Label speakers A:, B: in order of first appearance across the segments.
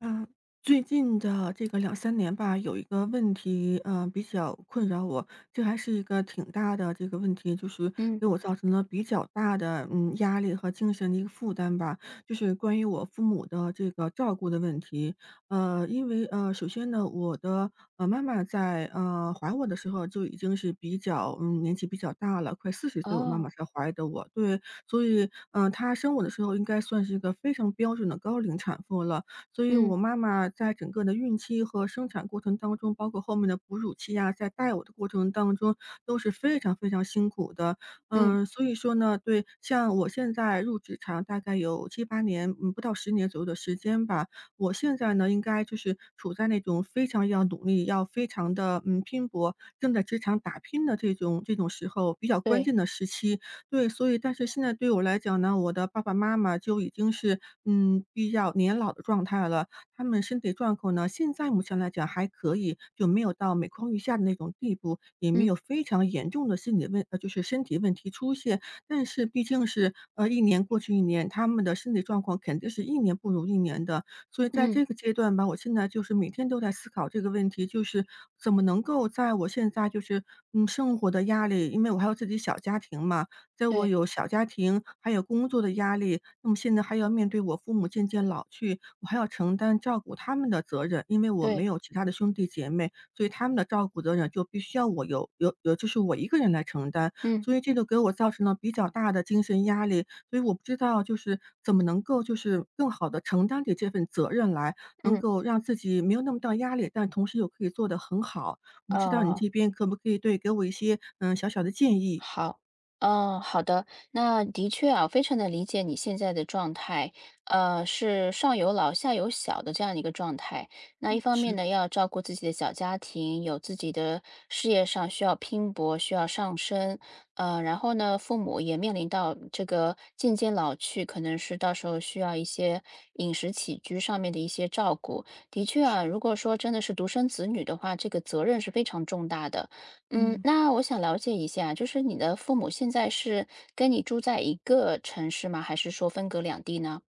A: 嗯。最近的这个两三年吧，有一个问题，比较困扰我，这还是一个挺大的这个问题，就是
B: 嗯，
A: 给我造成了比较大的，压力和精神的一个负担吧。就是关于我父母的这个照顾的问题。因为，首先呢，我的，妈妈在，怀我的时候就已经是比较年纪比较大了，快40岁我妈妈
B: 哦，
A: 才怀的我，对。所以她生我的时候应该算是一个非常标准的高龄产妇了。所以
B: 嗯
A: 我妈妈在整个的孕期和生产过程当中，包括后面的哺乳期呀，在带我的过程当中都是非常非常辛苦的。
B: 嗯，
A: 所以说呢，对，像我现在入职场大概有七八年，不到十年左右的时间吧。我现在呢，应该就是处在那种非常要努力，要非常的拼搏，正在职场打拼的这种时候，比较关
B: 对，
A: 键的时期。对，所以但是现在对我来讲呢，我的爸爸妈妈就已经是，比较年老的状态了，他们身体状况呢，现在目前来讲还可以，就没有到每况愈下的那种地步，也没
B: 嗯
A: 有非常严重的心理问呃，就是身体问题出现。但是毕竟是，一年过去一年，他们的身体状况肯定是一年不如一年的。所以在
B: 嗯，
A: 这个阶段吧，我现在就是每天都在思考这个问题，就是怎么能够在我现在就是，生活的压力因为我还有自己小家庭嘛，在我
B: 对
A: 有小家庭，还有工作的压力，那么现在还要面对我父母渐渐老去，我还要承担照顾他们的责任。因为我没
B: 对，
A: 有其他的兄弟姐妹，所以他们的照顾责任就必须要我有有有，就是我一个人来承担，
B: 嗯
A: 所以这个给我造成了比较大的精神压力。所以我不知道就是怎么能够就是更好的承担起这份责任来，能
B: 嗯，
A: 够让自己没有那么大压力，但同时又可以做得很好。我不知道你
B: 哦。
A: 这边可不可以对给我一些，小小的建议？
B: 好，嗯，好的，那的确啊，非常的理解你现在的状态，是上有老下有小的这样一个状态。那一
A: 嗯，
B: 方面
A: 是的。
B: 呢，要照顾自己的小家庭，有自己的事业上需要拼搏，需要上升，然后呢，父母也面临到这个渐渐老去，可能是到时候需要一些饮食起居上面的一些照顾。的确啊，如果说真的是独生子女的话，这个责任是非常重大的。嗯，
A: 嗯。
B: 那我想了解一下，就是你的父母现在是跟你住在一个城市吗？还是说分隔两地呢？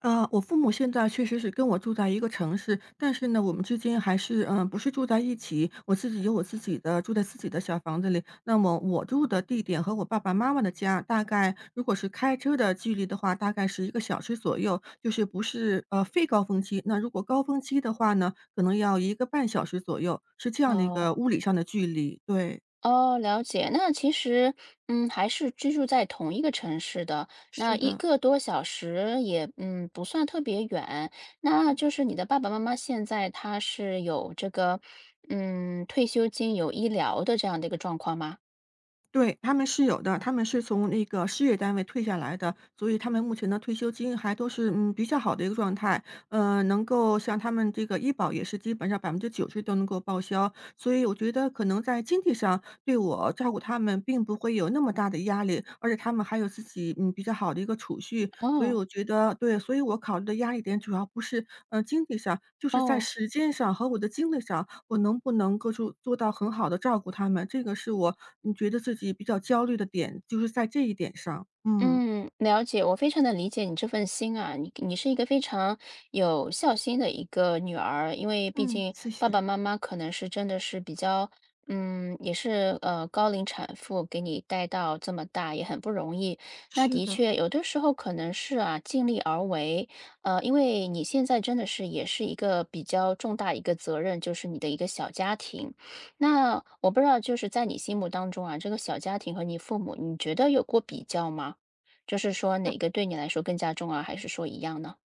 A: 啊，我父母现在确实是跟我住在一个城市，但是呢，我们之间还是不是住在一起。我自己有我自己的住在自己的小房子里，那么我住的地点和我爸爸妈妈的家，大概如果是开车的距离的话，大概是一个小时左右，就是不是非高峰期。那如果高峰期的话呢，可能要一个半小时左右，是这样的一
B: 哦
A: 个物理上的距离，对，
B: 哦，了解。那其实，还是居住在同一个城市的，那
A: 是
B: 一
A: 的，
B: 个多小时也，不算特别远。那
A: 嗯。
B: 就是你的爸爸妈妈现在他是有这个，退休金、有医疗的这样的一个状况吗？
A: 对，他们是有的，他们是从那个事业单位退下来的，所以他们目前的退休金还都是比较好的一个状态，能够像他们这个医保也是基本上90%都能够报销，所以我觉得可能在经济上对我照顾他们并不会有那么大的压力，而且他们还有自己比较好的一个储蓄，所以
B: 哦
A: 我觉得对，所以我考虑的压力点主要不是，经济上，就是在
B: 哦。
A: 时间上和我的精力上，我能不能够做到很好的照顾他们，这个是我，你觉得自己比较焦虑的点，就是在这一点上。嗯，
B: 嗯，了解，我非常的理解你这份心啊，你是一个非常有孝心的一个女儿，因为毕
A: 嗯。
B: 竟
A: 谢
B: 爸爸
A: 谢，
B: 妈妈可能是真的是比较也是，高龄产妇给你带到这么大也很不容易。那
A: 是
B: 的
A: 的。
B: 确有的时候可能是啊，尽力而为，因为你现在真的是也是一个比较重大一个责任，就是你的一个小家庭。那我不知道就是在你心目当中啊，这个小家庭和你父母，你觉得有过比较吗？就是说哪个对你来说更加重要，还是说一样呢？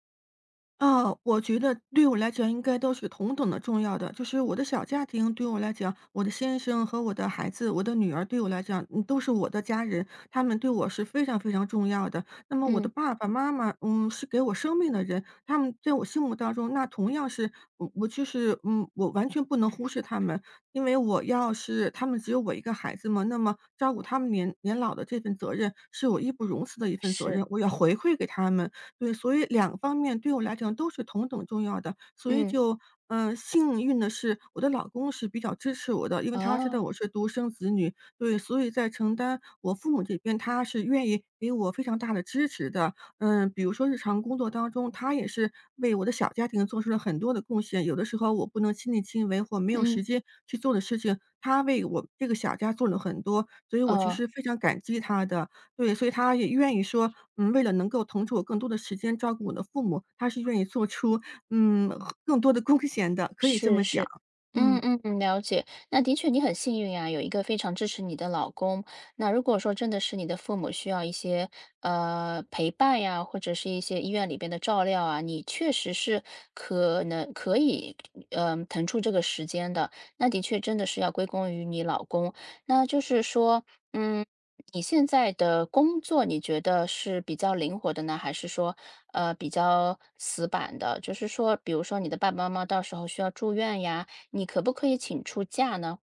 A: 啊，我觉得对我来讲应该都是同等的重要的。就是我的小家庭对我来讲，我的先生和我的孩子，我的女儿对我来讲，都是我的家人，他们对我是非常非常重要的。那么我的
B: 嗯，
A: 爸爸妈妈，是给我生命的人，他们在我心目当中，那同样是我就是我完全不能忽视他们，因为我要是他们只有我一个孩子嘛，那么照顾他们年老的这份责任是我义不容辞的一份责
B: 是，
A: 任，我要回馈给他们。对，所以两方面对我来讲都是同等重要的，所以
B: 嗯，
A: 就幸运的是我的老公是比较支持我的，因为他知
B: 哦，
A: 道我是独生子女，对，所以在承担我父母这边，他是愿意给我非常大的支持的。嗯，比如说日常工作当中，他也是为我的小家庭做出了很多的贡献，有的时候我不能亲力亲为或没有
B: 嗯，
A: 时间去做的事情，他为我这个小家做了很多，所以我其
B: 哦，
A: 实非常感激他的。对，所以他也愿意说，为了能够腾出我更多的时间照顾我的父母，他是愿意做出，嗯，更多的 贡献的，可以这
B: 是
A: 么讲，
B: 是，嗯
A: 嗯。
B: 嗯嗯，了解。那的确你很幸运啊，有一个非常支持你的老公。那如果说真的是你的父母需要一些陪伴呀，或者是一些医院里边的照料啊，你确实是可能可以腾出这个时间的。那的确真的是要归功于你老公。那就是说，嗯。你现在的工作，你觉得是比较灵活的呢，还是说，比较死板的？就是说，比如说你的爸爸妈妈到时候需要住院呀，你可不可以请出假呢？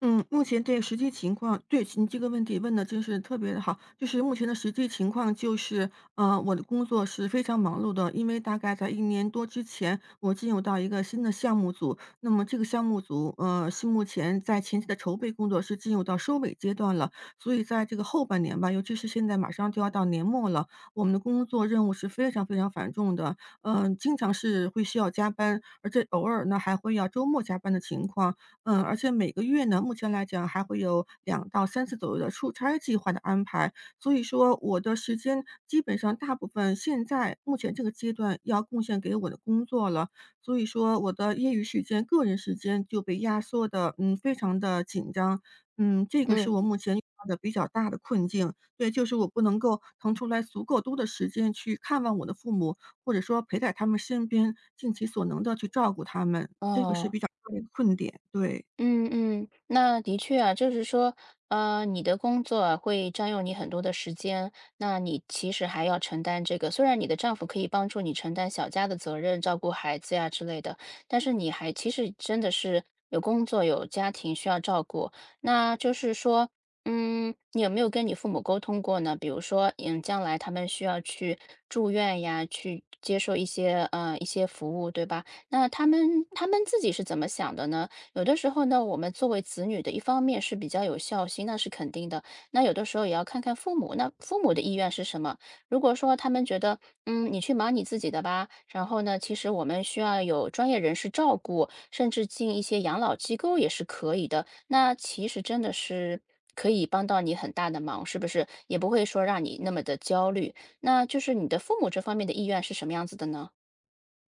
A: 嗯，目前对实际情况对，你这个问题问的真是特别的好。就是目前的实际情况就是，我的工作是非常忙碌的，因为大概在一年多之前，我进入到一个新的项目组，那么这个项目组，是目前在前期的筹备工作是进入到收尾阶段了。所以在这个后半年吧，尤其是现在马上就要到年末了，我们的工作任务是非常非常繁重的，经常是会需要加班，而且偶尔呢还会要周末加班的情况。而且每个月呢，目前来讲还会有2到3次左右的出差计划的安排，所以说我的时间基本上大部分现在目前这个阶段要贡献给我的工作了。所以说我的业余时间、个人时间就被压缩的，非常的紧张。这个是
B: 嗯，
A: 我目前遇到的比较大的困境，对，就是我不能够腾出来足够多的时间去看望我的父母，或者说陪在他们身边，尽其所能的去照顾他们，这个是
B: 哦。
A: 比较大的一个困点，对。
B: 嗯嗯，那的确啊，就是说，你的工作啊会占用你很多的时间，那你其实还要承担这个。虽然你的丈夫可以帮助你承担小家的责任，照顾孩子呀之类的，但是你还其实真的是有工作有家庭需要照顾。那就是说，嗯，你有没有跟你父母沟通过呢？比如说，将来他们需要去住院呀，去接受一些服务，对吧？那他们自己是怎么想的呢？有的时候呢，我们作为子女的，一方面是比较有孝心，那是肯定的。那有的时候也要看看父母，那父母的意愿是什么？如果说他们觉得，你去忙你自己的吧，然后呢，其实我们需要有专业人士照顾，甚至进一些养老机构也是可以的。那其实真的是可以帮到你很大的忙，是不是？也不会说让你那么的焦虑。那就是你的父母这方面的意愿是什么样子的呢？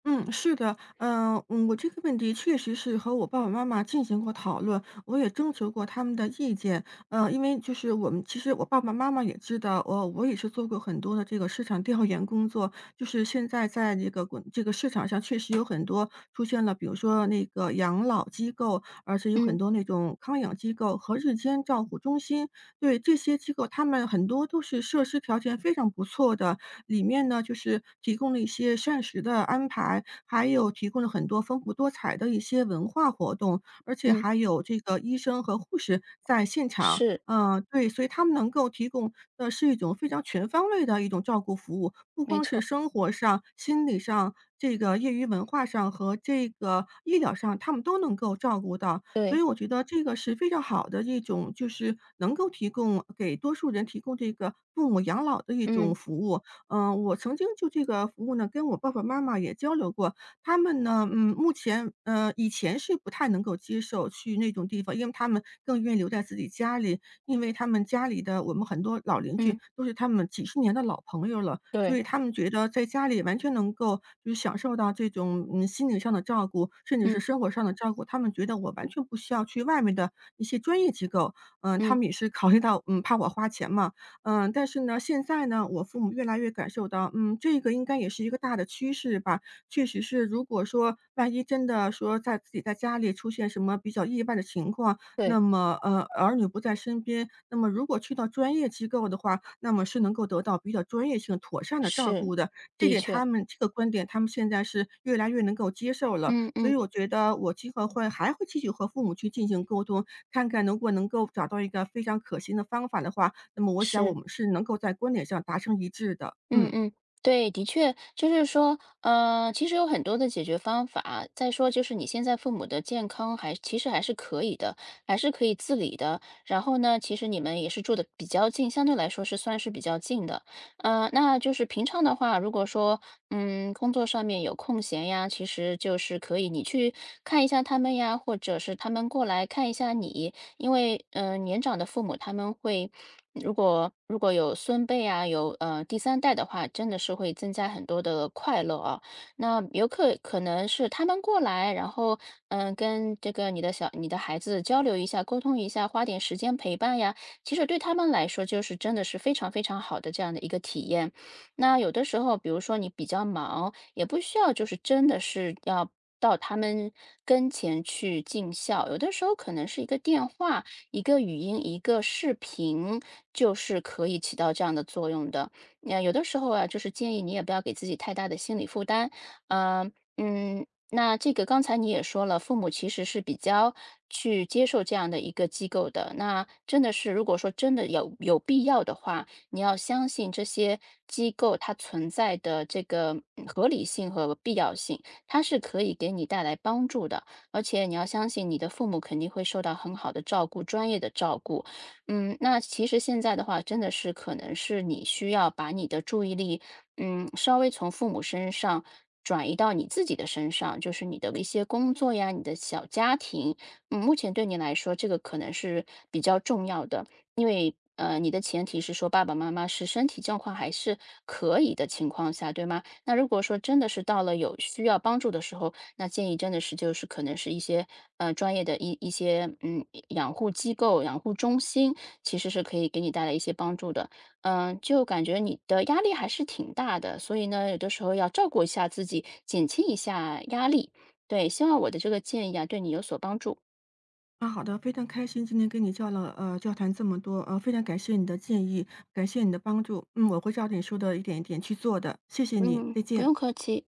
A: 嗯，是的，我这个问题确实是和我爸爸妈妈进行过讨论，我也征求过他们的意见。因为就是我们其实我爸爸妈妈也知道，我也是做过很多的这个市场调研工作，就是现在在这个这个市场上确实有很多出现了，比如说那个养老机构，而且有很
B: 嗯
A: 多那种康养机构和日间照护中心，对这些机构，他们很多都是设施条件非常不错的，里面呢，就是提供了一些膳食的安排，还有提供了很多丰富多彩的一些文化活动，而且
B: 嗯，
A: 还有这个医生和护士在现场。
B: 是，
A: 对，所以他们能够提供的是一种非常全方位的一种照顾服务，不
B: 没
A: 光是
B: 错，
A: 生活上、心理上、这个业余文化上和这个医疗上，他们都能够照顾到。所以
B: 对，
A: 我觉得这个是非常好的一种，就是能够提供给多数人提供这个父母养老的一
B: 嗯
A: 种服务。嗯，我曾经就这个服务呢，跟我爸爸妈妈也交流过，他们呢，目前以前是不太能够接受去那种地方，因为他们更愿意留在自己家里，因为他们家里的我们很多老邻居
B: 嗯，
A: 都是他们几十年的老朋友了，所
B: 对。
A: 以他们觉得在家里完全能够就是享受到这种心理上的照顾，甚至是
B: 嗯
A: 生活上的照顾，他们觉得我完全不需要去外面的一些专业机构，他
B: 嗯，
A: 们也是考虑到怕我花钱嘛，但是呢，现在呢，我父母越来越感受到，这个应该也是一个大的趋势吧。确实是，如果说万一真的说在自己在家里出现什么比较意外的情况，那
B: 对，
A: 么儿女不在身边，那么如果去到专业机构的话，那么是能够得到比较专业性、妥善的照
B: 是，
A: 顾的。这
B: 的
A: 点
B: 确，
A: 他们这个观点，他们现在是越来越能够接受了。
B: 嗯
A: 所
B: 嗯，
A: 以我觉得我今后会还会继续和父母去进行沟通，看看如果能够找到一个非常可行的方法的话，那么我想我
B: 是，
A: 们是能够在观点上达成一致的，
B: 嗯
A: 嗯。
B: 嗯，对，的确，就是说，其实有很多的解决方法。再说就是你现在父母的健康还其实还是可以的，还是可以自理的。然后呢，其实你们也是住的比较近，相对来说是算是比较近的。那就是平常的话，如果说，工作上面有空闲呀，其实就是可以你去看一下他们呀，或者是他们过来看一下你。因为年长的父母他们会，如果有孙辈啊，有第三代的话，真的是会增加很多的快乐啊。那游客可能是他们过来，然后跟这个你的孩子交流一下，沟通一下，花点时间陪伴呀。其实对他们来说，就是真的是非常非常好的这样的一个体验。那有的时候，比如说你比较忙，也不需要就是真的是要到他们跟前去尽孝，有的时候可能是一个电话、一个语音、一个视频，就是可以起到这样的作用的。那有的时候啊，就是建议你也不要给自己太大的心理负担，呃，嗯。那这个刚才你也说了，父母其实是比较去接受这样的一个机构的。那真的是，如果说真的有必要的话，你要相信这些机构它存在的这个合理性和必要性，它是可以给你带来帮助的。而且你要相信你的父母肯定会受到很好的照顾，专业的照顾。嗯，那其实现在的话，真的是可能是你需要把你的注意力，稍微从父母身上，转移到你自己的身上，就是你的一些工作呀，你的小家庭，目前对你来说，这个可能是比较重要的。因为，你的前提是说爸爸妈妈是身体状况还是可以的情况下，对吗？那如果说真的是到了有需要帮助的时候，那建议真的是就是可能是一些，专业的一些，养护机构、养护中心，其实是可以给你带来一些帮助的。嗯，就感觉你的压力还是挺大的，所以呢，有的时候要照顾一下自己，减轻一下压力。对，希望我的这个建议啊，对你有所帮助。
A: 啊，好的，非常开心，今天跟你交谈这么多，非常感谢你的建议，感谢你的帮助，我会照着你说的一点一点去做的，谢谢你，
B: 嗯，
A: 再
B: 不
A: 见。
B: 用客气。